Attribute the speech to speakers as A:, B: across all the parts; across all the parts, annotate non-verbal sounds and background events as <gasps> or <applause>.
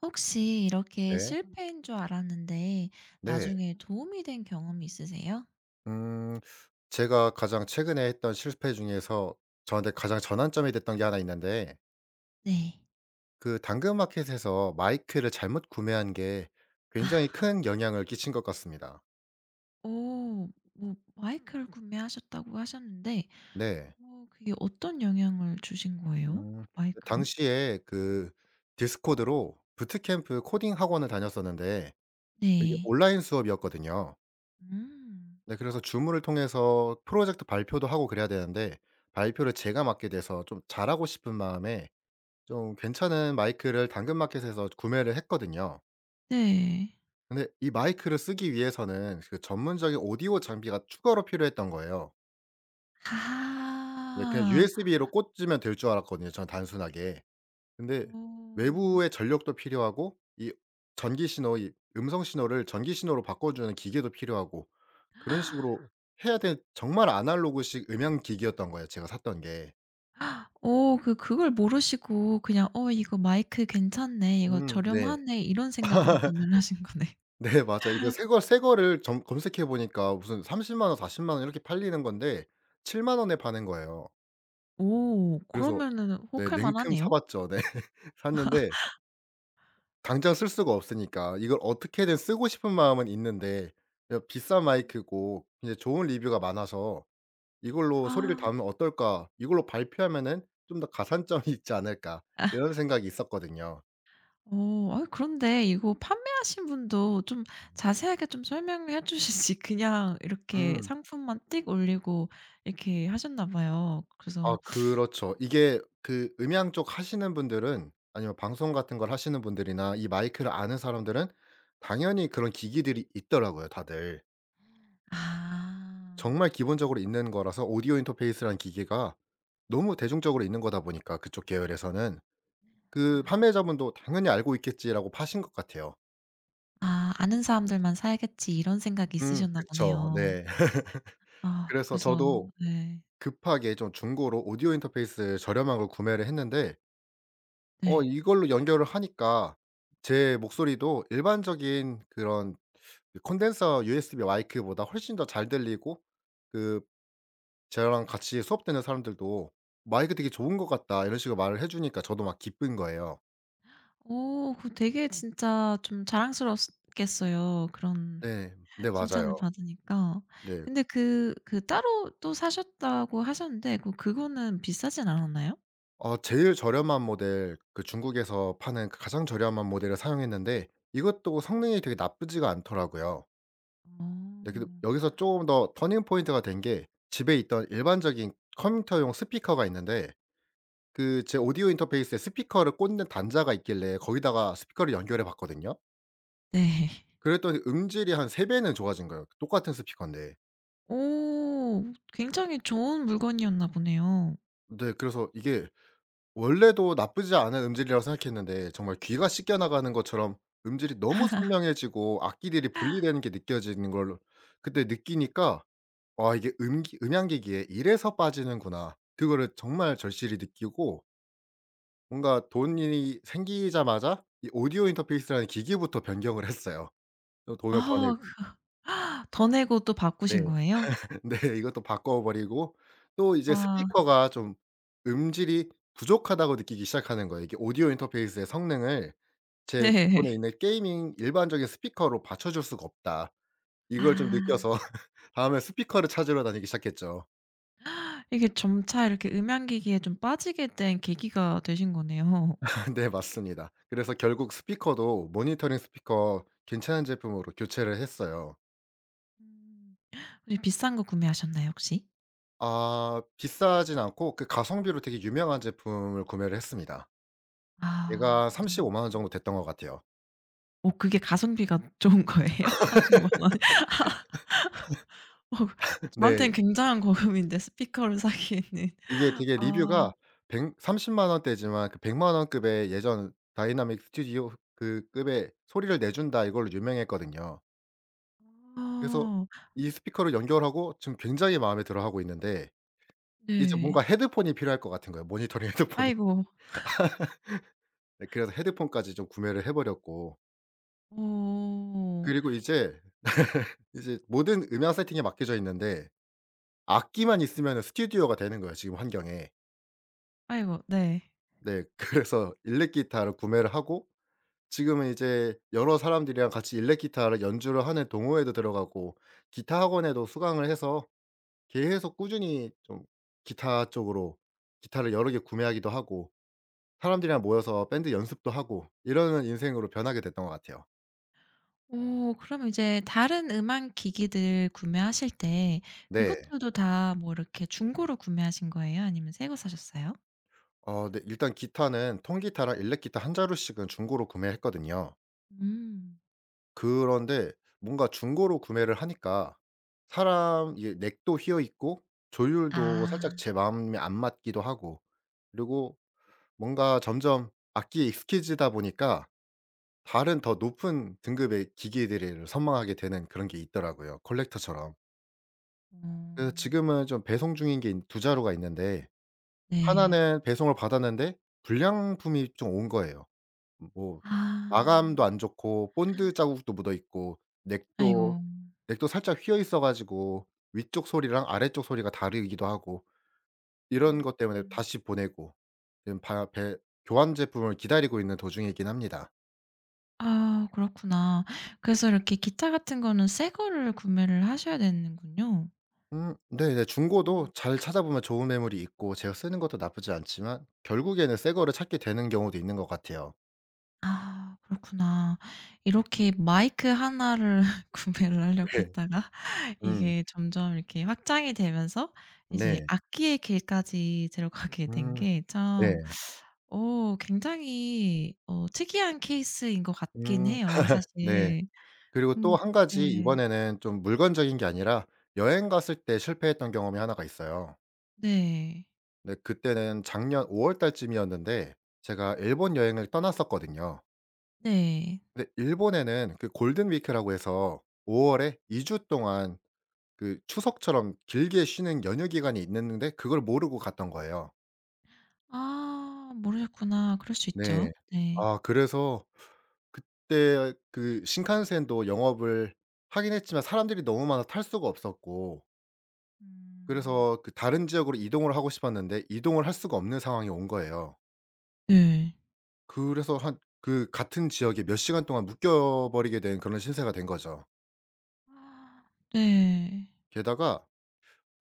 A: 혹시 이렇게
B: 네.
A: 실패인 줄 알았는데
B: 네.
A: 나중에 도움이 된 경험이 있으세요?
B: 음 제가 가장 최근에 했던 실패 중에서 저한테 가장 전환점이 됐던 게 하나 있는데
A: 네.
B: 그 당근마켓에서 마이크를 잘못 구매한 게 굉장히
A: <laughs>
B: 큰 영향을 끼친 것 같습니다.
A: 오. 뭐 마이크를 구매하셨다고 하셨는데
B: 네.
A: 그게 어떤 영향을 주신 거예요? 그
B: 음. 그
A: 마이크로?
B: 당시에 그 디스코드로 부트캠프 코딩 학원을 다녔었는데 이게
A: 네.
B: 온라인 수업이었거든요.
A: 음.
B: 네, 그래서 줌을 통해서 프로젝트 발표도 하고 그래야 되는데 발표를 제가 맡게 돼서 좀 잘하고 싶은 마음에 좀 괜찮은 마이크를 당근마켓에서 구매를 했거든요.
A: 네.
B: 근데 이 마이크를 쓰기 위해서는 그 전문적인 오디오 장비가 추가로 필요했던 거예요. 네, 그냥
A: 아.
B: USB로 꽂으면 될 줄 알았거든요, 저는 단순하게. 근데
A: 오...
B: 외부의 전력도 필요하고 이 전기 신호 이 음성 신호를 전기 신호로 바꿔 주는 기계도 필요하고 그런
A: <gasps>
B: 식으로 해야 될 정말 아날로그식 음향 기기였던 거예요, 제가 샀던 게.
A: 어 그걸 모르시고 그냥 '어 이거 마이크 괜찮네. 이거
B: 음, 네.
A: 저렴하네.' 이런 생각으로
B: <laughs>
A: 구매를 하신 거네요.
B: 네, 맞아요. 이거 새거 새 거를 점 검색해 보니까 무슨 30만 원, 40만 원 이렇게 팔리는 건데 7만 원에 파는 거예요.
A: 오. 그러면은
B: 네,
A: 혹할
B: 냉큼 사
A: 만하네요.
B: 봤죠. 네. <laughs> 샀는데 당장 쓸 수가 없으니까 이걸 어떻게든 쓰고 싶은 마음은 있는데 그냥 비싼
A: 음. 음.
B: 마이크고 이제 좋은 리뷰가 많아서 '이걸로 소리를
A: 아.
B: 담으면 어떨까? 이걸로 발표하면은 좀 더 가산점이 <laughs> 있지 않을까?' 이런 생각이 있었거든요.
A: 어. 아이 그런데 이거 판매하신 분도 좀 자세하게 좀 설명해 주시지 <laughs> 그냥 이렇게
B: 음.
A: 상품만 띡 올리고 이렇게 하셨나 봐요.
B: 아,
A: 그래서
B: 그렇죠. 이게 그 음향 쪽 하시는 분들은 아니면 방송 같은 걸 하시는 분들이나 이 마이크를 아는 사람들은 당연히 그런 기기들이 있더라고요, 다들.
A: 아.
B: 정말 기본적으로 있는 거라서 오디오 인터페이스라는 기계가 너무 대중적으로 있는 거다 보니까 그쪽 계열에서는 그 판매자분도 '당연히 알고 있겠지.'라고 파신 것 같아요.
A: 아 '아는 사람들만 사야겠지.' 이런 생각이
B: 음,
A: 있으셨나
B: 그쵸.
A: 보네요.
B: 네. <laughs>
A: 아
B: 그래서
A: 그래서
B: 저도
A: 네.
B: 급하게 좀 중고로 오디오 인터페이스 저렴한 걸 구매를 했는데 어,
A: 네.
B: 이걸로 연결을 하니까 제 목소리도 일반적인 그런 그 콘덴서 USB 마이크보다 훨씬 더 잘 들리고 그 저랑 같이 수업되는 사람들도 "마이크 되게 좋은 것 같다." 이런 식으로 말을 해 주니까 저도 막 기쁜 거예요.
A: 어 그 되게 진짜 좀 자랑스러웠겠어요. 그런
B: 네. 네,
A: 칭찬을
B: 맞아요.
A: 받으니까.
B: 네.
A: 근데 그 따로 또 사셨다고 하셨는데 그거는 비싸진 않았나요?
B: 어, 제일 저렴한 모델 그 중국에서 파는 가장 저렴한 모델을 사용했는데 이것도 성능이 되게 나쁘지가 않더라고요. 네, 근데
A: 어.
B: 여기서 조금 더 터닝 포인트가 된 게 집에 있던 일반적인 컴퓨터용 스피커가 있는데 그 제 오디오 인터페이스에 스피커를 꽂는 단자가 있길래 거기다가 스피커를 연결해 봤거든요.
A: 네.
B: 그랬더니 음질이 한 3 배는 좋아진 거예요, 똑같은 스피커인데.
A: 오. 굉장히 좋은 물건이었나 보네요.
B: 네, 그래서 이게 원래도 나쁘지 않은 음질이라고 생각했는데 정말 귀가 씻겨 나가는 것처럼 음질이 너무 선명해지고 악기들이 분리되는 게 느껴지는 걸 그때 느끼니까 '와, 이게 음기 음향기기에 이래서 빠지는구나.' 그거를 정말 절실히 느끼고 뭔가 돈이 생기자마자 이 오디오 인터페이스라는 기기부터 변경을 <laughs> 했어요. 또 돈을 더
A: 아
B: 내고.
A: 그 아, 더 내고 또
B: 네.
A: 바꾸신 거예요?
B: <laughs> 네. 이것도 바꿔 버리고 또 이제
A: 와.
B: 스피커가 좀 음질이 부족하다고 느끼기 시작하는 거예요. 이게 오디오 인터페이스의 성능을 제 기본에
A: 네.
B: 있는 게이밍 일반적인 스피커로 받쳐줄 수가 없다. 이걸 좀
A: 아.
B: 느껴서 <laughs> 다음에 스피커를 찾으러 다니기 시작했죠.
A: 이게 점차 이렇게 음향기기에 좀 빠지게 된 계기가 되신 거네요.
B: <laughs> 네, 맞습니다. 그래서 결국 스피커도 모니터링 스피커 괜찮은 제품으로 교체를 했어요.
A: 음. 혹시 비싼 거 구매하셨나요, 혹시?
B: 아, 비싸진 않고 그 가성비로 되게 유명한 제품을 구매를 했습니다.
A: 아.
B: 얘가 3
A: 그래도-
B: 5만원 정도 됐던 것 같아요.
A: 그게 가성비가 <laughs> 좋은 거예요? 3 5 0 원. 어
B: <laughs>
A: 저한테는
B: 네.
A: 굉장한 거금인데 스피커를 사기에는.
B: 이게
A: <laughs>
B: 되게
A: 아.
B: 리뷰가 백 3 0만 원대지만 그 100만 원급의 예전 다이나믹 스튜디오 그 급의 "소리를 내준다." 이걸로 유명했거든요. 그래서
A: 아.
B: 이 스피커를 연결하고 지금 굉장히 마음에 들어하고 있는데 이제
A: 네.
B: 뭔가 헤드폰이 필요할 것 같은 거예요, 모니터링 <laughs> 헤드폰이.
A: 아이고.
B: 네, 그래서 헤드폰까지 좀 구매를 해 버렸고
A: 어.
B: 그리고 이제 모든 음향 세팅에 맡겨져 있는데 악기만 있으면 스튜디오가 되는 거예요, 지금 환경에.
A: 아이고 네.
B: 네. <laughs> 그래서 일렉 기타를 구매를 하고 지금은 이제 여러 사람들이랑 같이 일렉 기타를 연주를 하는 동호회도 들어가고 기타 학원에도 수강을 해서 계속 꾸준히 좀 기타 쪽으로 기타를 여러 개 구매하기도 하고 사람들이랑 모여서 밴드 연습도 하고 이러는 인생으로 변하게 됐던 것 같아요.
A: 어 그럼 이제 다른 음악 기기들 구매하실 때
B: 네.
A: 그것들도 다 뭐 이렇게 중고로 구매하신 거예요? 아니면 새거 사셨어요?
B: 어, 네. 일단 기타는 통기타랑 일렉기타 한 자루씩은 중고로 구매했거든요.
A: 음.
B: 그런데 뭔가 중고로 구매를 하니까 사람 이게 넥도 휘어 있고 조율도 살짝
A: 아.
B: 제 마음에 안 맞기도 하고 그리고 뭔가 점점 악기에 익숙해지다 보니까 다른 더 높은 등급의 기기들을 선망하게 되는 그런 게 있더라고요, 컬렉터처럼. 그래서
A: 어.
B: 지금은 좀 배송 중인 게 두 자루가 있는데
A: 네.
B: 하나는 배송을 받았는데 불량품이 좀 온 거예요. 뭐
A: 아.
B: 마감도 안 좋고 본드 자국도 묻어 있고
A: 아이고.
B: 넥도 살짝 휘어 있어 가지고 위쪽 소리랑 아래쪽 소리가 다르기도 하고 이런
A: 음.
B: 것 때문에
A: 음.
B: 다시 보내고 지금 바 배 교환 제품을 기다리고 있는 도중이긴 합니다.
A: 아 그렇구나. 그래서 이렇게 기타 같은 거는 새 거를 구매를 하셔야 되는군요.
B: 음, 네네. 중고도
A: 음.
B: 잘 찾아보면 좋은 매물이 있고 제가 쓰는 것도 나쁘지 않지만 결국에는 새 거를 찾게 되는 경우도 있는 것 같아요.
A: 아 그렇구나. 이렇게 마이크 하나를 <laughs> 구매를 하려고
B: 네.
A: 했다가 <laughs>
B: 음.
A: 이게 점점 이렇게 확장이 되면서 이제
B: 네.
A: 악기의 길까지 들어가게 된
B: 음.
A: 게
B: 네.
A: 참 어 굉장히 어 특이한 케이스인 것 같긴
B: 음.
A: 해요
B: 네.
A: 사실.
B: 그리고 또
A: 음
B: 한 가지
A: 네.
B: 이번에는 좀 물건적인 게 아니라 여행 갔을 때 실패했던 경험이 하나가 있어요.
A: 네.
B: 근데 그때는 작년 5월 달쯤이었는데 제가 일본 여행을 떠났었거든요.
A: 네.
B: 근데 일본에는 그 골든 위크라고 해서 5 월에 2주 동안 그 추석처럼 길게 쉬는 연휴 기간이 있는데 그걸 모르고 갔던 거예요.
A: 아 모르셨구나. 그럴 수
B: 네.
A: 있죠. 네.
B: 아, 그래서 그때 그 신칸센도 영업을 하긴 했지만 사람들이 너무 많아 탈 수가 없었고
A: 음.
B: 그래서 그 다른 지역으로 이동을 하고 싶었는데 이동을 할 수가 없는 상황이 온 거예요.
A: 네.
B: 그래서 한 그 같은 지역에 몇 시간 동안 묶여 버리게 된 그런 신세가 된 거죠.
A: 아 네.
B: 게다가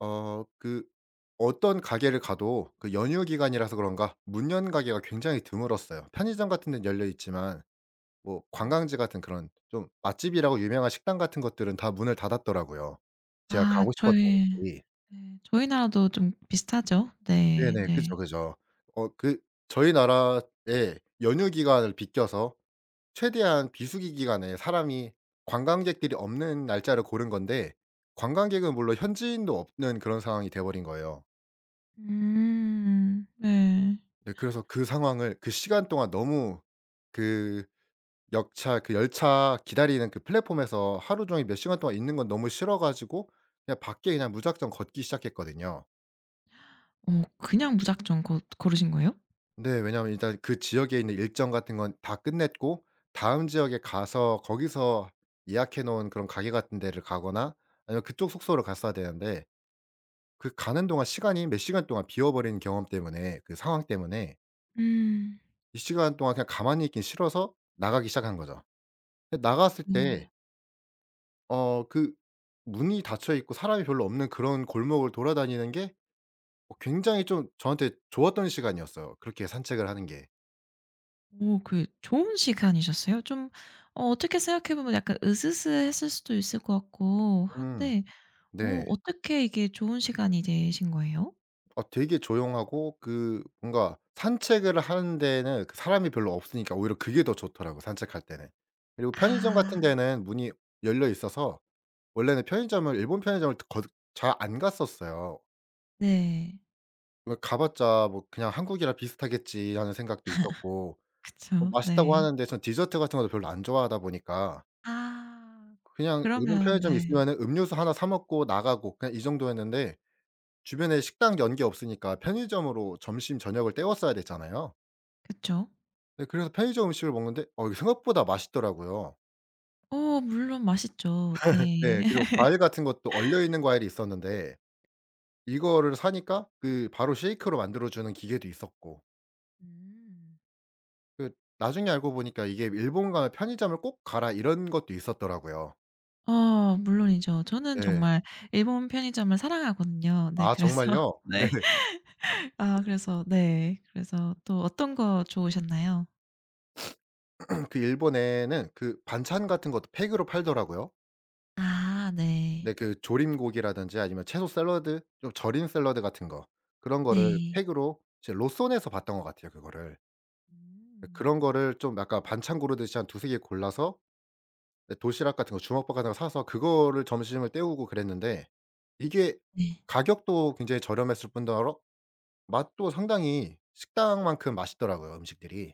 B: 어, 그 어떤 가게를 가도 그 연휴 기간이라서 그런가 문 연 가게가 굉장히 드물었어요. 편의점 같은 데는 열려 있지만 뭐
A: 아.
B: 관광지 같은 그런 좀 맛집이라고 유명한 식당 같은 것들은 다 문을 닫았더라고요, 제가
A: 아
B: 가고 싶었던
A: 저희
B: 곳들이.
A: 네 저희 나라도 좀 비슷하죠. 네
B: 네네.
A: 네.
B: 그죠, 그죠. 어, 그 저희 나라의 연휴 기간을 비껴서 최대한 비수기 기간에 사람이 관광객들이 없는 날짜를 고른 건데 관광객은 물론 현지인도 없는 그런 상황이 돼 버린 거예요.
A: 네.
B: 네, 그래서 그 상황을 그 시간 동안 너무 그 역차 그 열차 기다리는 그 플랫폼에서 하루 종일 몇 시간 동안 있는 건 너무 싫어 가지고 그냥 밖에 그냥 무작정 걷기 시작했거든요.
A: 어 그냥 무작정 거 고르신 거예요?
B: 네. 왜냐하면 일단 그 지역에 있는 일정 같은 건 다 끝냈고 다음 지역에 가서 거기서 예약해 놓은 그런 가게 같은 데를 가거나 아니면 그쪽 숙소를 갔어야 되는데 그 가는 동안 시간이 몇 시간 동안 비워버린 경험 때문에 그 상황 때문에
A: 음.
B: 이 시간 동안 그냥 가만히 있긴 싫어서 나가기 시작한 거죠. 근데 나갔을 때
A: 어.
B: 어, 그 문이 닫혀 있고 사람이 별로 없는 그런 골목을 돌아다니는 게 어, 굉장히 좀 저한테 좋았던 시간이었어요, 그렇게 산책을 하는 게.
A: 오 그 좋은 시간이셨어요? 좀 어 어떻게 생각해 보면 약간 으스스했을 수도 있을 것 같고
B: 음.
A: 한데 어
B: 네.
A: 어떻게 이게 좋은 시간이 되신 거예요?
B: 어, 되게 조용하고 그 뭔가 산책을 하는 데는 그 사람이 별로 없으니까 오히려 그게 더 좋더라고요, 산책할 때는. 그리고 편의점 같은
A: 아.
B: 데는 문이 열려 있어서 원래는 편의점을 일본 편의점을 잘 안 갔었어요.
A: 네.
B: 왜 가 봤자 뭐 '그냥 한국이랑 비슷하겠지.' 하는 생각도 있었고 뭐
A: 그쵸.
B: 맛있다고
A: 네.
B: 하는데 전 디저트 같은 것도 별로 안 좋아하다 보니까
A: 아.
B: 그냥 일본 편
A: 그러면
B: 의점 있으
A: 네.
B: 면 음료수 하나 사 먹고 나가고 그냥 이 정도였는데 주변에 식당 연계 없으니까 편의점으로 점심 저녁을 때웠어야 됐잖아요.
A: 그쵸.
B: 네, 그래서 편의점 음식을 먹는데 어, 이게 생각보다 맛있더라고요.
A: 어 물론 맛있죠. 네.
B: 네, 그리고
A: <laughs>
B: 과일 같은 것도 얼려 있는 과일이 있었는데 이거를 사니까 그 바로 쉐이크로 만들어 주는 기계도 있었고
A: 음.
B: 그 나중에 알고 보니까 이게 일본 가면 편의점을 꼭 가라 이런 것도 있었더라고요.
A: 어 물론이죠. 저는
B: 네.
A: 정말 일본 편의점을 사랑하거든요. 네
B: 아,
A: 그래서 <laughs>
B: 정말요? 네.
A: 네. 아 그래서 네. 그래서 또 어떤 거 좋으셨나요?
B: <clears throat> 그 일본에는 그 반찬 같은 것도 팩으로 팔더라고요.
A: 아 네.
B: 네, 그 조림고기라든지 아니면 채소 샐러드 좀 절인 샐러드 같은 거 그런 거를
A: 네.
B: 팩으로 이제 로손에서 봤던 것 같아요, 그거를. 예,
A: 음.
B: 그런 거를 좀 약간 반찬 고르듯이 한 두세 개 골라서 예 도시락 같은 거 주먹밥 같은 거 사서 그거를 점심을 때우고 그랬는데 이게
A: 네.
B: 가격도 굉장히 저렴했을 뿐더러 맛도 상당히 식당만큼 맛있더라고요, 음식들이.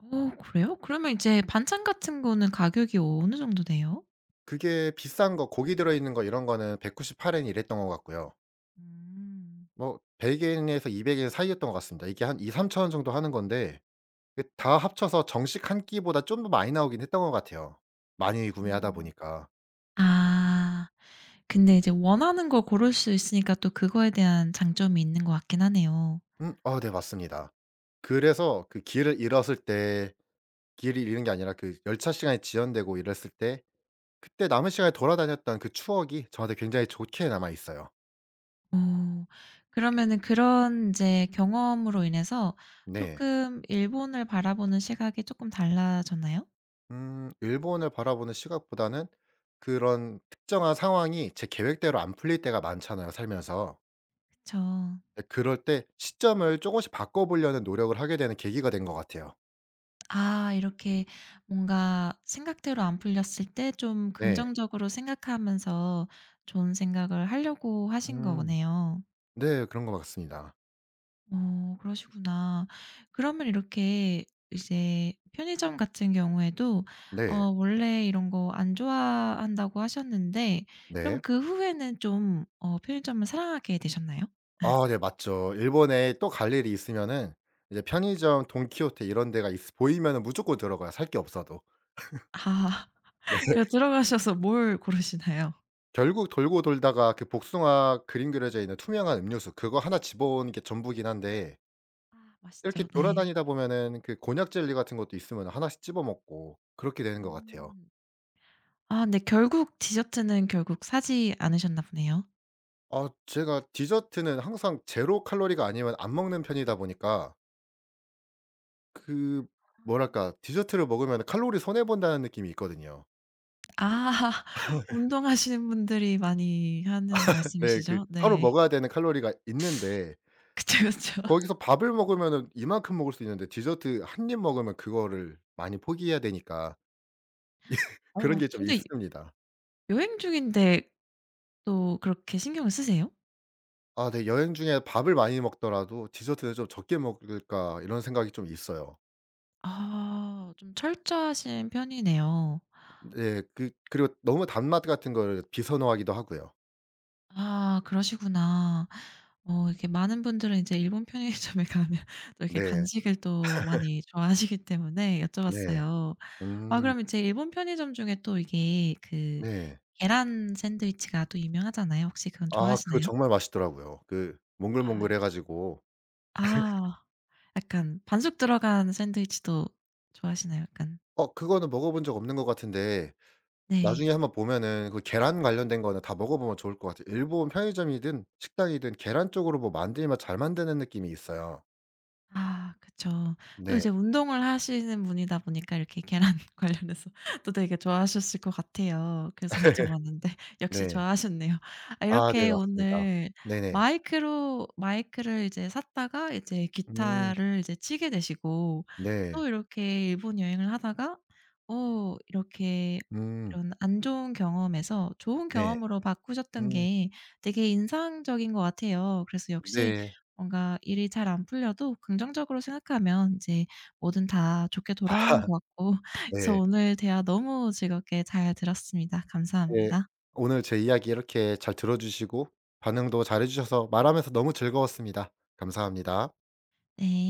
A: 어 그래요? 그러면 이제 반찬 같은 거는 가격이 어느 정도 돼요?
B: 그게 비싼 거 고기 들어있는 거 이런 거는 198엔 이랬던 것 같고요.
A: 음.
B: 뭐 100 엔에서 200엔 사이였던 것 같습니다. 이게 한 2~3천 원 정도 하는 건데 그다 합쳐서 정식 한 끼보다 좀 더 많이 나오긴 했던 것 같아요, 많이 구매하다
A: 음.
B: 보니까.
A: 아. 근데 이제 원하는 걸 고를 수 있으니까 또 그거에 대한 장점이 있는 것 같긴 하네요.
B: 음. 아, 네, 맞습니다. 그래서 그 길을 잃었을 때 길을 잃은 게 아니라 그 열차 시간이 지연되고 이랬을 때 그때 남은 시간에 돌아다녔던 그 추억이 저한테 굉장히 좋게 남아 있어요.
A: 어. 그러면은 그런 인제 경험으로 인해서
B: 네.
A: 쪼끔 일본을 바라보는 시각이 쪼끔 달라졌나요?
B: 일본을 바라보는 시각보다는 그런 특정한 상황이 제 계획대로 안 풀릴 때가 많잖아요, 살면서.
A: 그쵸.
B: 네, 그럴 때 시점을 쪼금씩 바꿔 보려는 노력을 하게 되는 계기가 된 것 같아요.
A: 아 이렇게 뭔가 생각대로 안 풀렸을 때 좀
B: 네.
A: 긍정적으로 생각하면서 좋은 생각을 하려고 하신
B: 음.
A: 거네요.
B: 네. 그런 것 같습니다.
A: 어 그러시구나. 그러면 이렇게 이제 편의점 같은 경우에도 어
B: 네.
A: 원래 이런 거 안 좋아한다고 하셨는데 그럼
B: 네.
A: 그 후에는 좀 어 편의점을 사랑하게 되셨나요?
B: 아, 네, 맞죠. 일본에 또 갈 일이 있으면은 이제 편의점 돈키호테 이런 데가 있 보이면은 무조건 들어가요, 살 게 없어도.
A: 아. <laughs> 그래서 들어가셔서 뭘 고르시나요?
B: 결국 돌고 돌다가 그 복숭아 그림 그려져 있는 투명한 음료수 그거 하나 집어오는 게 전부긴 한데
A: 아
B: 이렇게
A: 맛있죠. 네.
B: 돌아다니다 보면은 그 곤약 젤리 같은 것도 있으면 하나씩 집어 먹고 그렇게 되는 것 같아요.
A: 음. 아 근데 결국 디저트는 결국 사지 않으셨나 보네요.
B: 아, 제가 디저트는 항상 제로 칼로리가 아니면 안 먹는 편이다 보니까 그 뭐랄까 디저트를 먹으면 칼로리 손해 본다는 느낌이 있거든요.
A: 아 <laughs> 운동하시는 분들이 많이 하는
B: 네. 그
A: 말씀이시죠?
B: 하루
A: 네.
B: 먹어야 되는 칼로리가 있는데
A: 그쵸, 그쵸.
B: 거기서 밥을 먹으면은 이만큼 먹을 수 있는데 디저트 한 입 먹으면 그거를 많이 포기해야 되니까 그런
A: 어
B: 게 좀
A: 근데
B: 있습니다.
A: 여행 중인데 또 그렇게 신경을 쓰세요?
B: 아, 네. 여행 중에 밥을 많이 먹더라도 디저트는 좀 적게 먹을까 이런 생각이 좀 있어요.
A: 아 좀 철저하신 편이네요.
B: 네. 그 그리고 너무 단맛 같은 거를 비선호하기도 하고요.
A: 아 그러시구나. 어 이렇게 많은 분들은 이제 일본 편의점에 가면 <laughs> 또 이렇게
B: 네.
A: 간식을 또 많이 좋아하시기 때문에
B: 네.
A: 여쭤봤어요. 아
B: 음,
A: 그럼 이제 일본 편의점 중에 또 이게 그
B: 네.
A: 계란 샌드위치가 또 유명하잖아요. 혹시 그건
B: 아, 그거
A: 좋아하시나요?
B: 정말 맛있더라고요. 그
A: 아
B: 몽글몽글해
A: 역시.
B: 가지고.
A: 아 약간 반숙 들어간 샌드위치도 좋아하시나요? 약간
B: 어, 그거는 먹어본 적 없는 것 같은데
A: 네.
B: 나중에 한번 보면은 그 계란 관련된 거는 다 먹어보면 좋을 것 같아요. 일본 편의점이든 식당이든 계란 쪽으로 뭐 만들면 잘 만드는 느낌이 있어요.
A: 아 그쵸. 또
B: 네.
A: 이제 운동을 하시는 분이다 보니까 이렇게 계란 <laughs> 관련해서 또 되게 좋아하셨을 것 같아요. 그래서 여쭤봤는데 <laughs> 역시
B: 네.
A: 좋아하셨네요. 아
B: 아, 네,
A: 이렇게
B: 맞습니다.
A: 오늘
B: 네네.
A: 마이크로 마이크를 이제 샀다가 이제
B: 음.
A: 기타를 이제 치게 되시고 또
B: 네.
A: 이렇게 일본 여행을 하다가 어 이렇게
B: 음.
A: 이런 안 좋은 경험에서 좋은
B: 네.
A: 경험으로 바꾸셨던
B: 음.
A: 게 되게 인상적인 것 같아요. 그래서 역시
B: 네.
A: 뭔가 일이 잘 안 풀려도 긍정적으로 생각하면 이제 뭐든 다 좋게
B: <laughs>
A: 돌아오는
B: 아,
A: 것 같고 <laughs> 그래서
B: 네.
A: 오늘 대화 너무 즐겁게 잘 들었습니다.
B: 네.
A: 감사합니다.
B: 오늘 제 이야기 이렇게 잘 들어 주시고 반응도 잘해 주셔서 말하면서 너무 즐거웠습니다. 감사합니다.
A: 네.